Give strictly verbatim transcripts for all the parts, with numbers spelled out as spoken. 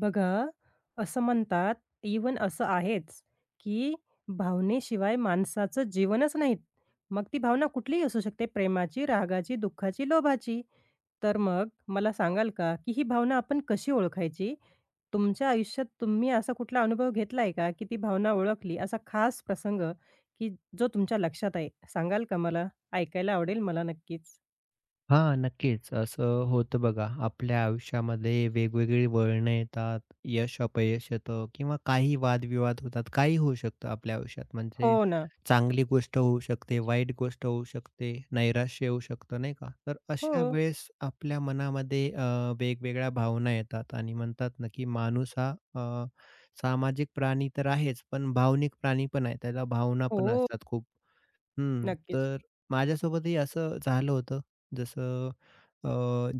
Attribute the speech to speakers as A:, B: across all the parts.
A: बघा, असं म्हणतात इव्हन असं आहेच, की भावनेशिवाय माणसाचं जीवनच नाहीत. मग ती भावना कुठलीही असू शकते प्रेमाची, रागाची, दुःखाची, लोभाची. तर मग मला सांगाल का, की ही भावना आपण कशी ओळखायची? तुमच्या आयुष्यात तुम्ही असा कुठला अनुभव घेतलाय का, की ती भावना ओळखली असा खास प्रसंग, की जो तुमच्या लक्षात आहे? सांगाल का मला? ऐकायला आवडेल मला नक्कीच.
B: हां, नक्कीच. असं होतं बघा. आपल्या आयुष्यामध्ये वेगवेगळी वळणं येतात. यश, अपयश येतं किंवा काही वादविवाद होतात. काही होऊ शकतं आपल्या आयुष्यात.
A: हो
B: म्हणजे
A: ना.
B: चांगली गोष्ट होऊ शकते, वाईट गोष्ट होऊ शकते, नैराश्य येऊ शकतं, नाही का? तर
A: हो.
B: अशा वेळेस आपल्या मनामध्ये अ, वेगवेगळ्या भावना येतात आणि म्हणतात ना, की माणूस हा अ, सामाजिक प्राणी तर आहेच, पण भावनिक प्राणी पण आहे. त्याला भावना पण
A: हो,
B: असतात खूप. हं,
A: नक्कीच.
B: तर माझ्यासोबतही असं झालं होतं. जसं अ,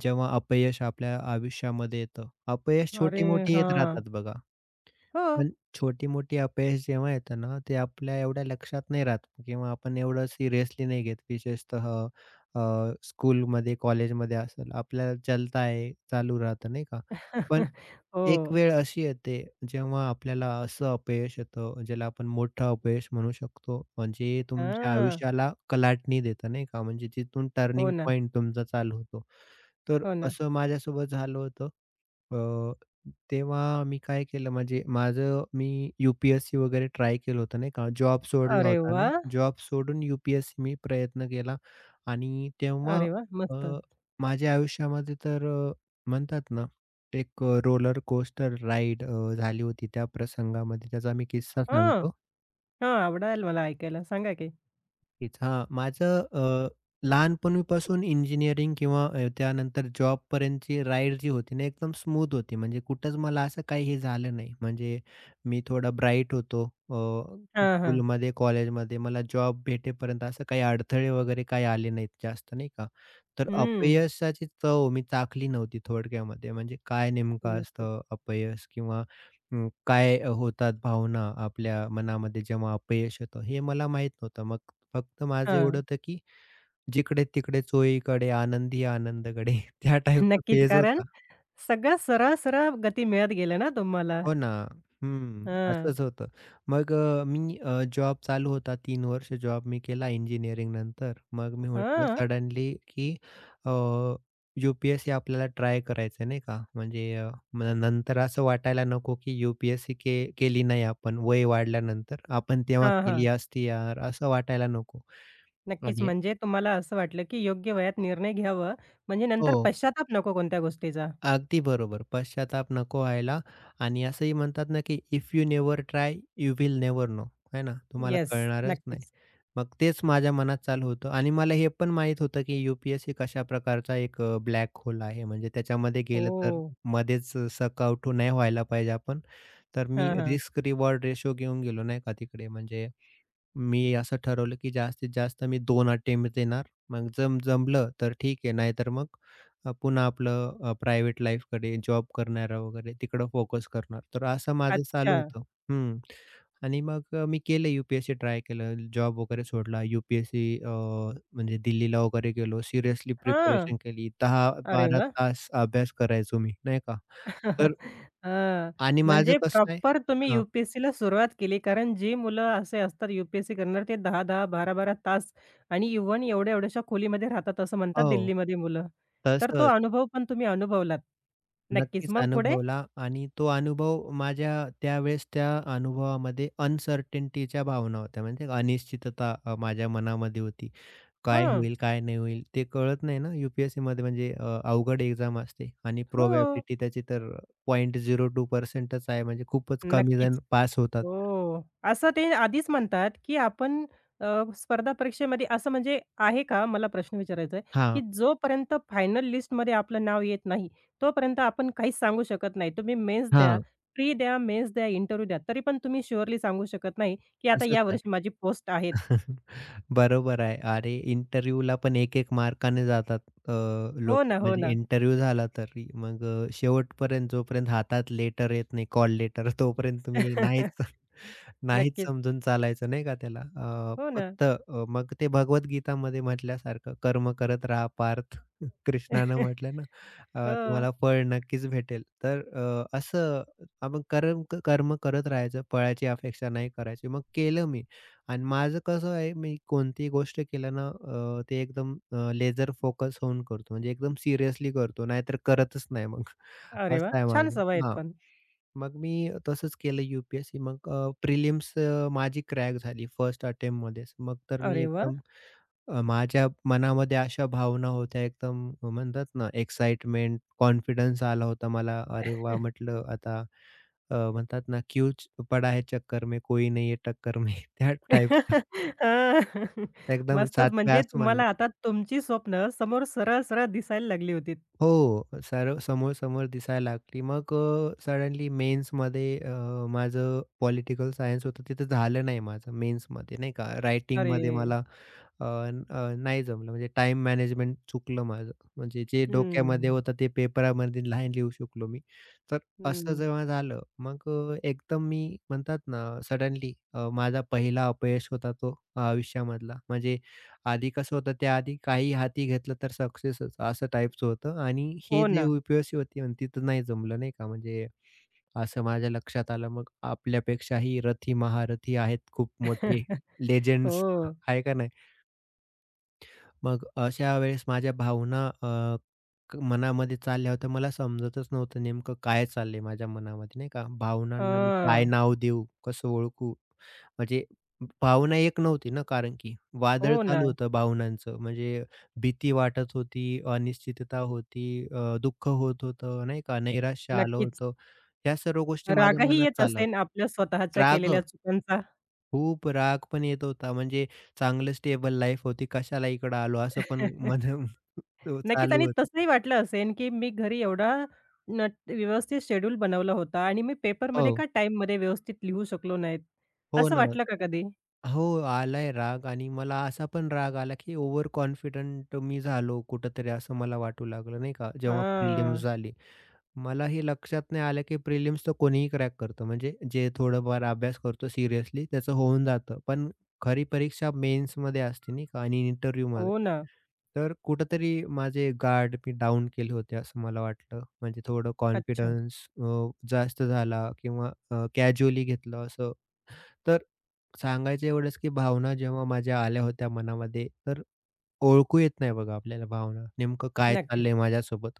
B: जेव्हा अपयश आपल्या आयुष्यामध्ये येतं. अपयश
A: अरे
B: छोटी-मोठी येत
A: हां.
B: राहतात बघा.
A: हो.
B: पण छोटी-मोठी अपयश जेव्हा येतं ना, ते आपल्या एवढ्या लक्षात नाही राहत किंवा आपण एवढं सिरियसली नाही घेत. विशेषतः अ, स्कूलमध्ये, कॉलेजमध्ये असेल, आपल्याला चलता है चालू राहतं नाही का? पण एक
A: हो.
B: वेळ अशी येते, जेव्हा आपल्याला असं अपयश येतं, ज्याला आपण मोठं अपयश म्हणू शकतो, म्हणजे तुमच्या
A: हां.
B: आयुष्याला कलाटणी देतं नाही का? म्हणजे तिथून
A: हो
B: टर्निंग
A: ना,
B: पॉइंट तुमचा चालू होतो. तर
A: हो ना.
B: असं माझ्यासोबत झालं होतं. अ, तेव्हा मी काय केलं म्हणजे माझं मी यू-पी-एस-सी वगैरे ट्राय केलं होतं नाही का. जॉब सोडला
A: अरे
B: होता मी.
A: वाह!
B: जॉब सोडून यू-पी-एस-सी मी प्रयत्न केला आणि तेव्हा
A: अरे वाह! मस्त.
B: अ, माझ्या आयुष्यामध्ये तर अ, म्हणतात ना, एक अ, रोलर कोस्टर राईड झाली होती त्या प्रसंगामध्ये. त्याचा मी किस्सा
A: हां,
B: सांगतो.
A: हां. आवडेल मला ऐकायला. सांगा की?
B: नक्कीच. हां, माझं अ, लहानपणीपासून इंजिनिअरिंग किंवा अ, त्यानंतर जॉबपर्यंतची राईड जी होती ना, एकदम स्मूथ होती. म्हणजे कुठंच मला असं काही हे झालं नाही. म्हणजे मी थोडा ब्राईट होतो. अ,
A: हां, हां.
B: स्कूलमध्ये, कॉलेजमध्ये मला जॉब भेटेपर्यंत असं काही अडथळे वगैरे काही आले नाहीत जास्त, नाही का. तर
A: हं.
B: अपयशाची चव मी चाखली नव्हती थोडक्यामध्ये. म्हणजे काय नेमकं
A: नक्कीच.
B: असतं अपयश किंवा अं, काय अ, होतात भावना आपल्या मनामध्ये जेव्हा अपयश येतं हे मला माहित नव्हतं. मग फक्त माझं एवढं
A: हां.
B: होतं की जिकडे-तिकडे चोहीकडे आनंदी आनंदकडे त्या टाइपचा
A: नक्कीच.
B: फेज
A: कारण
B: होता.
A: सगळं सरळ-सरळ गती मिळत गेलं ना तुम्हाला.
B: हो ना. हं.
A: हां.
B: असंच होतं. मग अ, मी जॉब चालू होता तीन वर्ष जॉब मी केला इंजिनिअरिंग नंतर मग मी म्हटलं
A: हां.
B: सडनली की अ, आपल्याला ट्राय करायचं आहे नाही का. म्हणजे अ, मग नंतर असं वाटायला नको की यू के केली नाही आपण वय वाढल्यानंतर. आपण तेव्हा
A: हां, हां.
B: केली असती यार, असं वाटायला नको.
A: नक्कीच.
B: आणि
A: म्हणजे तुम्हाला असं वाटलं की योग्य वयात निर्णय घ्यावा, म्हणजे
B: हो.
A: नंतर पश्चाताप नको कोणत्या गोष्टीचा.
B: अगदी बरोबर. पश्चाताप नको व्हायला आणि असंही म्हणतात ना, की if you never try, you will never know, है ना? तुम्हाला
A: येस.
B: कळणारच नाही.
A: नक्कीच.
B: मग तेच माझ्या मनात चालू होतं आणि मला हे पण माहीत होतं, की यू कशा प्रकारचा एक अ, ब्लॅक होल आहे. म्हणजे त्याच्यामध्ये गेलं तर
A: हो.
B: मध्येच सकाउट नाही व्हायला पाहिजे आपण. तर मी
A: हां, हां.
B: रिस्क रिवॉर्ड रेशो घेऊन गेलो नाही का तिकडे म्हणजे मी असं ठरवलं, की जास्तीत जास्त मी दोन अटेम्प्ट देणार. मग जम जमलं तर ठीक आहे, नाहीतर मग अ, पुन्हा आपलं अ, प्रायव्हेट लाईफकडे जॉब करणारा वगैरे तिकडं फोकस करणार. तर असं माझं
A: अच्छा.
B: चालू होतं. हं. आणि मग अ, मी केलं यू-पी-एस-सी ट्राय केलं, जॉब वगैरे सोडला. यू-पी-एस-सी अ, म्हणजे दिल्लीला वगैरे गेलो. सिरियसली
A: हां.
B: प्रिपरेशन केली.
A: अरे
B: दहा ते बारा
A: वाह!
B: तास अभ्यास करायचो मी, नाही का. तर
A: हां,
B: आणि माझं
A: म्हणजे
B: कसं आहे
A: प्रॉपर तुम्ही
B: हां.
A: यू-पी-एस-सीला सुरुवात केली. कारण जी मुलं असे असतात यू-पी-एस-सी करणारे ते दहा दहा, बारा बारा तास आणि इव्हन एवढ्या-एवढ्याशा खोलीमध्ये राहतात असं म्हणतात
B: हो.
A: दिल्लीमध्ये मुलं. तर तो
B: तसंच.
A: अनुभव पण तुम्ही अनुभवलात. नक्कीच.
B: नक्कीच
A: मग पुढे?
B: अनुभवला आणि तो अनुभव माझ्या त्यावेळेस त्या अनुभवामध्ये अनसर्टेनिटीच्या भावना होत्या. म्हणजे अनिश्चितता अ, माझ्या मनामध्ये होती. काय
A: हं.
B: होईल, काय नाही होईल ते कळत नाही ना यू पी म्हणजे अ, अवघड एक्झाम असते आणि
A: हो.
B: प्रोबॅबिलिटी त्याची तर शून्य पॉइंट शून्य दोन टक्के च आहे म्हणजे खूपच कमी
A: नक्कीच.
B: जण पास होतात.
A: हो. असं ते आधीच म्हणतात, की आपण अ, स्पर्धा परीक्षेमध्ये असं म्हणजे आहे का मला प्रश्न विचारायचा आहे, की
B: हां,
A: जोपर्यंत फायनल लिस्टमध्ये आपलं नाव येत नाही, तोपर्यंत आपण काहीच सांगू शकत नाही. तुम्ही मेन्स द्या,
B: हां.
A: प्री द्या, मेन्स द्या, इंटरव्ह्यू द्या. तरी पण तुम्ही शुअरली सांगू शकत नाही, की आता
B: असंच
A: या
B: आहे.
A: वर्षी माझी पोस्ट आहेत.
B: बरोबर आहे. अरे, इंटरव्ह्यूला पण एक एक मार्काने जातात अ,
A: हो
B: लोकं.
A: ना, हो
B: म्हणजे
A: ना.
B: इंटरव्ह्यू झाला तरी मग अ, शेवटपर्यंत जोपर्यंत हातात लेटर येत नाही, कॉल लेटर तोपर्यंत तुम्ही नाहीच नाहीच
A: नक्कीच.
B: समजून चालायचं नाही का त्याला. अ,
A: हो ना.
B: फक्त अ, मग ते भगवद्गीतामध्ये म्हटल्यासारखं कर्म करत राहा पार्थ. कृष्णानं म्हटलं ना, अ,
A: हो.
B: तुम्हाला फळ नक्कीच भेटेल. तर अ, असं आपण कर्म कर्म करत राहायचं, फळाची अपेक्षा नाही करायची. मग केलं मी. आणि माझं कसं आहे, मी कोणतीही गोष्ट केलं ना, अ, ते एकदम अ, फोकस होऊन करतो. म्हणजे एकदम सिरियसली करतो, नाहीतर करतच नाही मग.
A: अरे वाह!
B: असं आहे
A: छान
B: माझं.
A: सवय आहेत
B: हां.
A: पण.
B: मग मी तसंच केलं यू मग प्रिलिम्स माझी क्रॅक झाली फर्स्ट अटेम्प्टमध्येच. मग तर मी
A: अरे वाह!
B: एकदम अ, माझ्या मनामध्ये अशा भावना होत्या एकदम अ, म्हणतात ना, एक्साइटमेंट, कॉन्फिडन्स आला होता मला. अरे वा म्हटलं आता अ, म्हणतात ना, क्यूच पडा है चक्कर में, कोई नहीं है टक्कर में. त्या टाइपचं.
A: हां.
B: एकदम
A: मस्तच
B: सातव्या
A: म्हणजे तुम्हाला
B: आसमानवर.
A: आता तुमची स्वप्न समोर सरळ-सरळ दिसायला लागली होती.
B: हो, सर्व समोर-समोर दिसायला लागली. मग अ, सडनली मेन्समध्ये अ, माझं पॉलिटिकल सायन्स होतं, तिथं झालं नाही माझं मेन्समध्ये नाही का. रायटिंगमध्ये
A: अरे!
B: मला अ, न- अ, नाही जमलं म्हणजे टाईम मॅनेजमेंट चुकलं माझं. म्हणजे जे डोक्यामध्ये
A: हं,
B: होतं ते पेपरामध्ये नाही लिहू शकलो मी. तर असं
A: हं.
B: जेव्हा झालं, मग अ, एकदम मी म्हणतात ना सडनली माझा पहिला अपयश होता तो आयुष्यामधला. म्हणजे आधी कसं होतं त्याआधी काही हाती घेतलं तर सक्सेसच असं टाईपचं होतं आणि हे
A: हो
B: जे
A: ना.
B: यू होती आणि तिथं नाही जमलं नाही का म्हणजे असं माझ्या लक्षात आलं मग आपल्यापेक्षाही रथी महारथी आहेत खूप मोठे लेजेंड्स
A: हो.
B: आहे का नाही? मग अशा वेळेस माझ्या भावना अ, क मनामध्ये चालल्या होत्या. मला समजतच नव्हतं नेमकं काय चाललंय माझ्या मनामध्ये, नाही का? भावनांना मी काय
A: हां.
B: नाव देऊ? कसं ओळखू? म्हणजे भावना एक नव्हती ना, कारण की वादळ
A: हो ना.
B: चालू होतं भावनांचं. म्हणजे भीती वाटत होती, अनिश्चितता होती, अ, दुःख होत होतं, नाही का? नैराश्य आलं
A: नक्कीच.
B: होतं. ह्या सर्व गोष्टी माझ्या
A: रागही
B: मनात
A: येत
B: चालल्या
A: असेन
B: होत्या.
A: आपल्या स्वतःच्या
B: राग
A: केलेल्या चुकांचा.
B: खूप राग पण येत होता. म्हणजे चांगलं स्टेबल लाईफ होती, कशाला इकडं आलो असं पण मधून
A: नक्कीच
B: चालू
A: आणि
B: होतं.
A: तसंही वाटलं असेन, की मी घरी एवढा न व्यवस्थित शेड्यूल बनवला होता आणि मी पेपरमध्ये
B: हो,
A: का टाईममध्ये व्यवस्थित लिहू शकलो नाहीत?
B: हो
A: असं
B: ना.
A: वाटलं का कधी?
B: हो, आलाय राग आणि मला असा पण राग आला, की ओव्हर कॉन्फिडंट मी झालो कुठेतरी असं मला वाटू लागलं नाही का, जेव्हा प्रिलिम्स
A: हां.
B: झाली. मला हे लक्षात नाही आलं, की प्रिलिम्स तर कोणीही क्रॅक करतं. म्हणजे जे थोडंफार अभ्यास करतो सिरियसली त्याचं होऊन जातं. पण खरी परीक्षा मेन्समध्ये असते नाही का आणि इंटरव्ह्यूमध्ये.
A: हो ना.
B: तर कुठेतरी माझे गार्ड मी डाउन केले होते असं मला वाटलं. म्हणजे थोडं
A: अच्छा.
B: कॉन्फिडन्स जास्त झाला किंवा कॅज्युअली घेतलं असं. तर सांगायचं एवढंच, की भावना जेव्हा माझ्या आल्या होत्या मनामध्ये, तर ओळखू येत नाही बघा आपल्याला भावना. नेमकं काय
A: नक्कीच.
B: चाललंय माझ्यासोबत?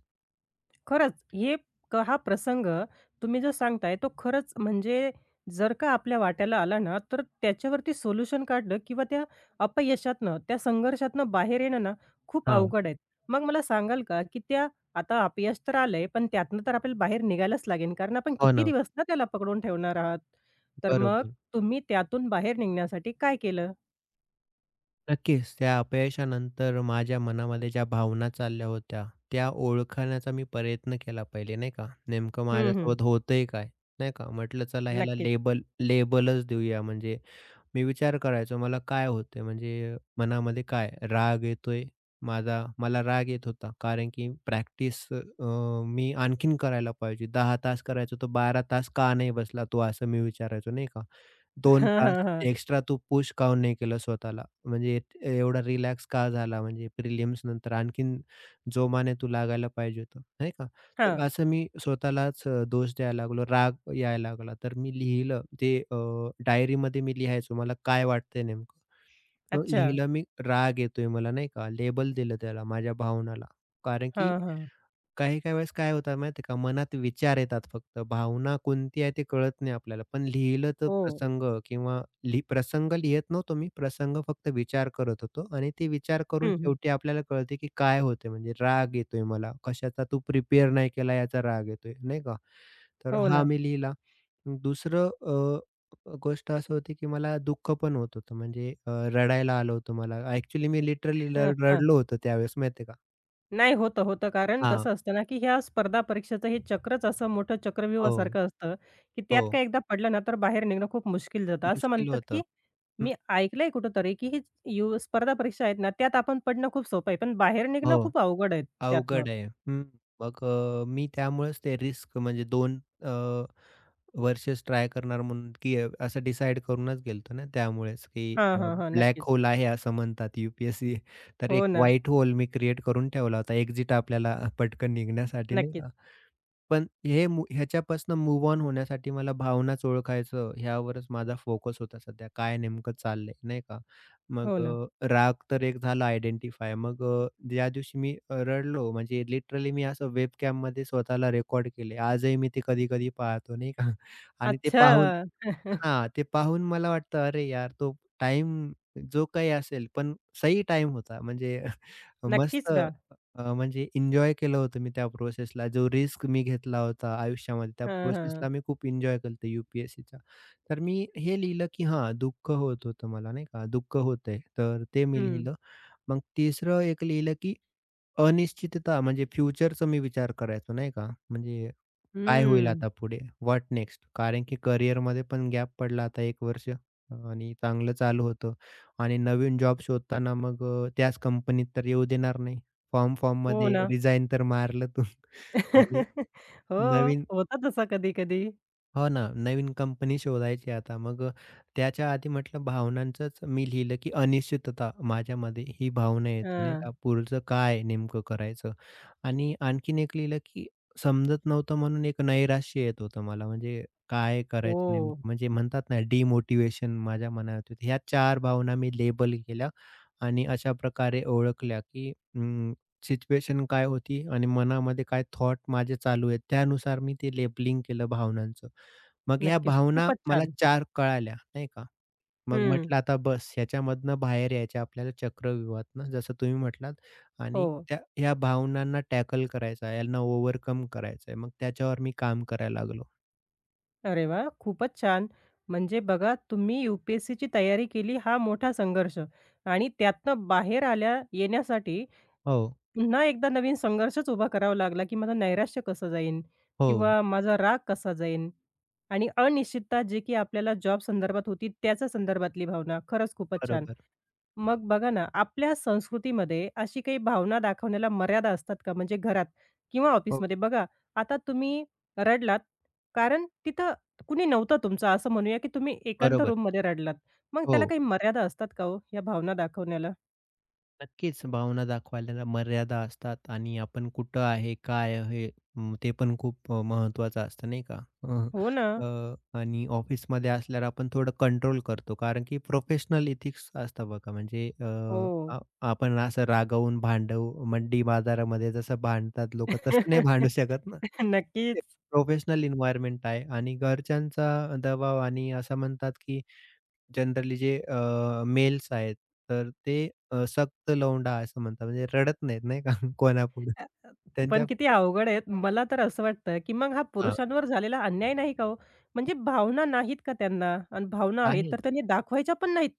A: खरंच हे क हा प्रसंग तुम्ही जो सांगताय तो खरंच म्हणजे जर का आपल्या वाट्याला आला ना, तर त्याच्यावरती सोल्युशन काढणं किंवा त्या अपयशातनं, त्या संघर्षातनं बाहेर येणं ना, खूप
B: हां.
A: अवघड आहे. मग मला सांगाल का, की त्या आता अपयश तर आलंय, पण त्यातनं तर आपल्याला बाहेर निघायलाच लागेल, कारण आपण
B: हो
A: किती
B: ना.
A: दिवस ना त्याला पकडून ठेवणार आहात. तर मग
B: बरोबर.
A: तुम्ही त्यातून बाहेर निघण्यासाठी काय केलं?
B: नक्कीच. त्या अपयशानंतर माझ्या मनामध्ये ज्या भावना चालल्या होत्या, त्या ओळखण्याचा मी प्रयत्न केला पहिले नाही का. नेमकं
A: हं, हं.
B: माझ्यासोबत होतंय काय? नाही का. म्हटलं चला ह्याला
A: नक्कीच.
B: लेबल लेबलच देऊया. म्हणजे मी विचार करायचो मला काय होतंय? म्हणजे मनामध्ये काय राग येतोय माझा मला राग येत होता. कारण की प्रॅक्टिस मी आणखीन करायला पाहिजे. दहा तास करायचो, तर बारा तास का नाही बसला तो? असं मी विचारायचो नाही का. दोन
A: हां,
B: तास
A: हां, हां.
B: एक्स्ट्रा तू पुश काऊन नाही केलं स्वतःला? म्हणजे एत- एवढा रिलॅक्स का झाला? म्हणजे प्रिलिम्स नंतर आणखीन जोमाने तू लागायला पाहिजे होतं, नाही का? तर
A: हां.
B: असं मी स्वतःलाच अ, दोष द्यायला लागलो, राग यायला लागला. तर मी लिहिलं ते अ, डायरीमध्ये मी लिहायचो मला काय वाटतंय नेमकं. अ,
A: अच्छा.
B: लिहिलं मी राग येतोय मला, नाही का? लेबल दिलं त्याला माझ्या भावनाला. कारण की
A: हां, हां.
B: काही-काही वेळेस काय होतं माहिती आहे का, मनात विचार येतात फक्त. भावना कोणती आहे ते कळत नाही आपल्याला. पण लिहिलं तर
A: हो.
B: प्रसंग किंवा लि प्रसंग लिहित नव्हतो मी. प्रसंग फक्त विचार करत होतो आणि ते विचार करून
A: हं, हं.
B: शेवटी आपल्याला कळते, की काय होतंय म्हणजे राग येतोय मला. कशाचा तू प्रिपेअर नाही केला याचा राग येतोय, नाही का. तर
A: हो
B: हा
A: ना.
B: मी लिहिला. दुसरं अ, गोष्ट असं होती, की मला दुःख पण होत होतं. म्हणजे अ, रडायला आलं होतं मला. ॲक्चुअली मी लिटरली
A: हं, हं.
B: रडलो होतो त्यावेळेस माहिती का.
A: नाही, होतं, होतं. कारण
B: हां.
A: कसं असतं ना, की ह्या स्पर्धा परीक्षेचं हे चक्रच असं मोठं
B: हो,
A: चक्रव्यूहासारखं असतं, की त्यात
B: हो.
A: काय एकदा पडलं ना, तर बाहेर निघणं खूप मुश्किल जातं. असं
B: मुश्कील
A: म्हणतात, की
B: होतं. हं,
A: मी ऐकलंय कुठेतरी, की ही यू स्पर्धा परीक्षा आहेत ना, त्यात आपण पडणं खूप सोपं आहे, पण बाहेर निघणं
B: हो,
A: खूप अवघड आहे त्यातनं.
B: अवघड आहे. हं, मग अ, मी त्यामुळेच ते रिस्क म्हणजे दोन अ, वर्षेस ट्राय करणार म्हणून, की अ, असं डिसाईड करूनच गेलो ना त्यामुळेच, की
A: हां,
B: अ,
A: हां, हां.
B: ब्लॅक
A: नक्कीच.
B: होल आहे असं म्हणतात यू-पी-एस-सी. तर एक
A: हो ना.
B: व्हाईट होल मी क्रिएट करून ठेवला होता. एक्झिट आपल्याला पटकन निघण्यासाठी नाही
A: नक्कीच.
B: का? पण हे मू ह्याच्यापासून मूव्ह ऑन होण्यासाठी मला भावनाच ओळखायचं ह्यावरच माझा फोकस होता सध्या. काय नेमकं चाललंय, नाही का? मग
A: हो ना.
B: अ, राग तर एक झाला आयडेंटिफाय. मग अ, ज्या दिवशी मी अ, रडलो म्हणजे लिटरली मी असं वेबकॅममध्ये स्वतःला रेकॉर्ड केले. आजही मी ते कधी-कधी पाहतो, नाही का? आणि ते पाहून
A: अच्छा.
B: हां, ते पाहून मला वाटतं, "अरे यार, तो टाईम जो काही असेल, पण सही टाईम होता." म्हणजे मस्त
A: नक्कीच ना.
B: अ, म्हणजे एन्जॉय केलं होतं मी त्या प्रोसेसला. जो रिस्क मी घेतला होता आयुष्यामध्ये त्या
A: हां,
B: प्रोसेसला
A: हां.
B: मी खूप एन्जॉय केलं होतं यू-पी-एस-सीचा. तर मी हे लिहिलं, की हां, दुःख होत होतं मला नाही का, दुःख होतंय. तर ते मी
A: हं.
B: लिहिलं. मग तिसरं एक लिहिलं, की अनिश्चितता म्हणजे फ्युचरचा मी विचार करायचो नाही का. म्हणजे काय होईल
A: हं.
B: आता पुढे? What next? कारण की करिअरमध्ये पण गॅप पडला आता एक वर्ष आणि चांगलं चालू होतं आणि नवीन जॉब शोधताना मग अ, त्याच कंपनीत तर येऊ देणार नाही.
A: हो
B: फॉर्म-फॉर्ममध्ये
A: ना.
B: फॉर्म रिझाइन तर मारलं तू आणि
A: हो.
B: नवीन
A: होतं तसं कधी-कधी.
B: हो ना, नवीन कंपनी शोधायची आता. मग अ, त्याच्या आधी म्हटलं भावनांचंच मी लिहिलं, की अनिश्चितता माझ्यामध्ये ही भावना येते नाही का,
A: हां.
B: पुढचं काय नेमकं करायचं? आणि आणखीन एक लिहिलं, की समजत नव्हतं म्हणून एक नैराश्य येत होतं मला. म्हणजे काय करायचं
A: हो.
B: नेमकं? म्हणजे म्हणतात ना डिमोटिवेशन माझ्या मनात होती. ह्या चार भावना मी लेबल केल्या आणि अशा प्रकारे ओळखल्या, की सिच्युएशन काय होती आणि मनामध्ये काय थॉट माझे चालू आहेत. त्यानुसार मी ते लेबलिंग केलं भावनांचं. मग ह्या
A: नक्कीच.
B: भावना
A: खूपच
B: मला
A: छान.
B: चार कळाल्या, नाही का. मग
A: हं.
B: म्हटलं आता बस ह्याच्यामधनं बाहेर यायचं आपल्याला चक्रव्यूहातनं जसं तुम्ही म्हटलात आणि
A: हो.
B: त्या ह्या भावनांना टॅकल करायचं आहे, यांना ओव्हरकम करायचं आहे. मग त्याच्यावर मी काम करायला लागलो.
A: अरे वाह! खूपच छान. म्हणजे बघा तुम्ही यू-पी-एस-सीची तयारी केली हा मोठा संघर्ष आणि त्यातनं बाहेर आल्या येण्यासाठी
B: हो,
A: पुन्हा एकदा नवीन संघर्षच उभा करावा लागला, की माझं नैराश्य कसं जाईन
B: हो.
A: किंवा माझा राग कसा जाईन आणि अनिश्चितता जी की आपल्याला जॉब संदर्भात होती त्याच्या संदर्भातली भावना. खरंच खूपच छान.
B: बरोबर.
A: मग बघा ना, आपल्या संस्कृतीमध्ये अशी काही भावना दाखवण्याला मर्यादा असतात का? म्हणजे घरात किंवा
B: हो,
A: ऑफिसमध्ये बघा, आता तुम्ही रडलात, कारण तिथं कुणी नव्हतं तुमचं, असं म्हणूया की तुम्ही एकांत
B: बरोबर.
A: रूममध्ये रडलात. मग त्याला
B: हो.
A: काही मर्यादा असतात का हो, या भावना दाखवण्याला?
B: नक्कीच भावना दाखवायला मर्यादा असतात आणि आपण कुठं आहे, काय आहे अं, ते पण खूप अ, महत्त्वाचं असतं नाही का? अ,
A: हो ना.
B: अ, आणि ऑफिसमध्ये असल्यावर आपण थोडं कंट्रोल करतो कारण की प्रोफेशनल एथिक्स असतं बघा म्हणजे अ,
A: हो.
B: आ आपण असं रागावून भांडव मंडी बाजारामध्ये जसं भांडतात लोकं तसं नाही भांडू शकत ना.
A: नक्कीच.
B: प्रोफेशनल एन्व्हायर्नमेंट आहे आणि घरच्यांचा दबाव आणि असं म्हणतात की जनरली जे अ, मेल्स आहेत, तर ते अ, सक्त लौंडा असं म्हणतात. म्हणजे रडत नाहीत नाही का कोणापुढे.
A: पण किती
B: त्यांच्यापुढे
A: अवघड आहेत. मला तर असं वाटतं, की मग हा
B: हां,
A: पुरुषांवर झालेला अन्याय नाही का हो? म्हणजे भावना नाहीत का त्यांना? आणि भावना आहेत, तर
B: आहेत.
A: त्यांनी दाखवायच्या पण नाहीत.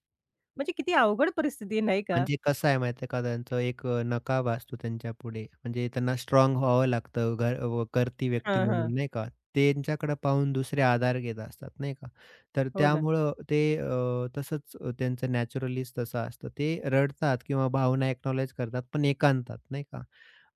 A: म्हणजे किती अवघड परिस्थिती आहे, नाही का?
B: म्हणजे कसं आहे माहिती आहे का, त्यांचं एक अ, नकाब असतो त्यांच्यापुढे. म्हणजे त्यांना स्ट्राँग व्हावं लागतं घर अ, करती व्यक्ती
A: हां, हां.
B: म्हणून नाही का. त्यांच्याकडे पाहून दुसरे आधार घेत असतात नाही का. तर
A: हो ना.
B: त्यामुळं ते अ, तसंच अ, त्यांचं नॅचरलीच तसं असतं. ते रडतात किंवा भावना एक्नॉलेज करतात, पण एकांतात नाही का.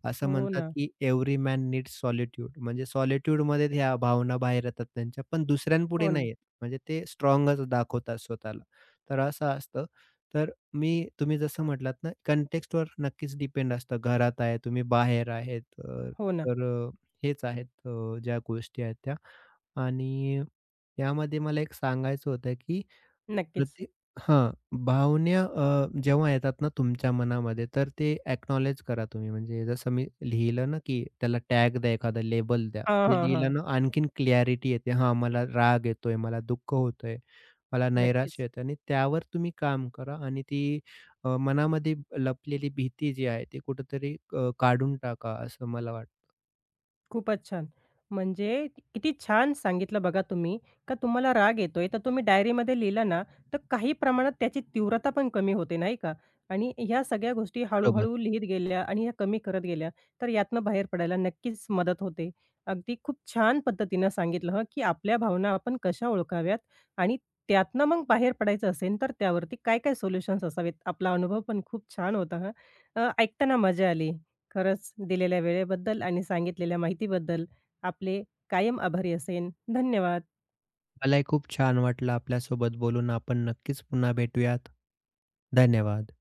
B: असं
A: हो
B: म्हणतात
A: ना.
B: की एव्हरी मॅन नीड्स सॉलिट्यूड म्हणजे सॉलिट्यूडमध्ये ह्या भावना बाहेर येतात त्यांच्या, पण दुसऱ्यांपुढे
A: हो ना.
B: नाही येत. म्हणजे ते स्ट्राँगच दाखवतात स्वतःला. तर असं असतं. तर मी तुम्ही जसं म्हटलात ना, कंटेक्स्टवर नक्कीच डिपेंड असतं. घरात आहे, तुम्ही बाहेर आहेत. अ,
A: हो ना.
B: तर अ, हेच आहेत अ, ज्या गोष्टी आहेत त्या. आणि यामध्ये मला एक सांगायचं होतं की
A: नक्कीच.
B: प्रति हां, भावना अ, जेव्हा येतात ना तुमच्या मनामध्ये, तर ते अॅक्नॉलेज करा तुम्ही. म्हणजे जसं मी लिहिलं ना, की त्याला टॅग द्या, एखादा लेबल द्या.
A: हां,
B: ते
A: हां, हां.
B: लिहिलं ना, आणखीन क्लॅरिटी येते. हां, मला राग येतोय, मला दुःख होतंय, मला नैराश्य
A: नक्कीच.
B: येतं आणि त्यावर तुम्ही काम करा आणि ती अ, मनामध्ये लपलेली भीती जी आहे, ती कुठेतरी अ, काढून टाका, असं मला वाटतं.
A: खूपच छान. म्हणजे किती छान सांगितलं बघा तुम्ही, का तुम्हाला राग येतोय, तर तुम्ही डायरीमध्ये लिहिलं ना, तर काही प्रमाणात त्याची तीव्रता पण कमी होते, नाही का? आणि ह्या सगळ्या गोष्टी
B: बरोबर.
A: हळू-हळू लिहीत गेल्या आणि ह्या कमी करत गेल्या, तर यातनं बाहेर पडायला नक्कीच मदत होते. अगदी खूप छान पद्धतीनं सांगितलं हं, की आपल्या भावना आपण कशा ओळखाव्यात आणि त्यातनं मग बाहेर पडायचं असेल, तर त्यावरती काय-काय सोल्युशन्स असावेत. आपला अनुभव पण खूप छान होता हं. अ, ऐकताना मजा आली. खरंच दिलेल्या वेळेबद्दल आणि सांगितलेल्या माहितीबद्दल आपले कायम आभारी असेन. धन्यवाद.
B: मलाही खूप छान वाटलं आपल्यासोबत बोलून. आपण नक्कीच पुन्हा भेटूयात. धन्यवाद.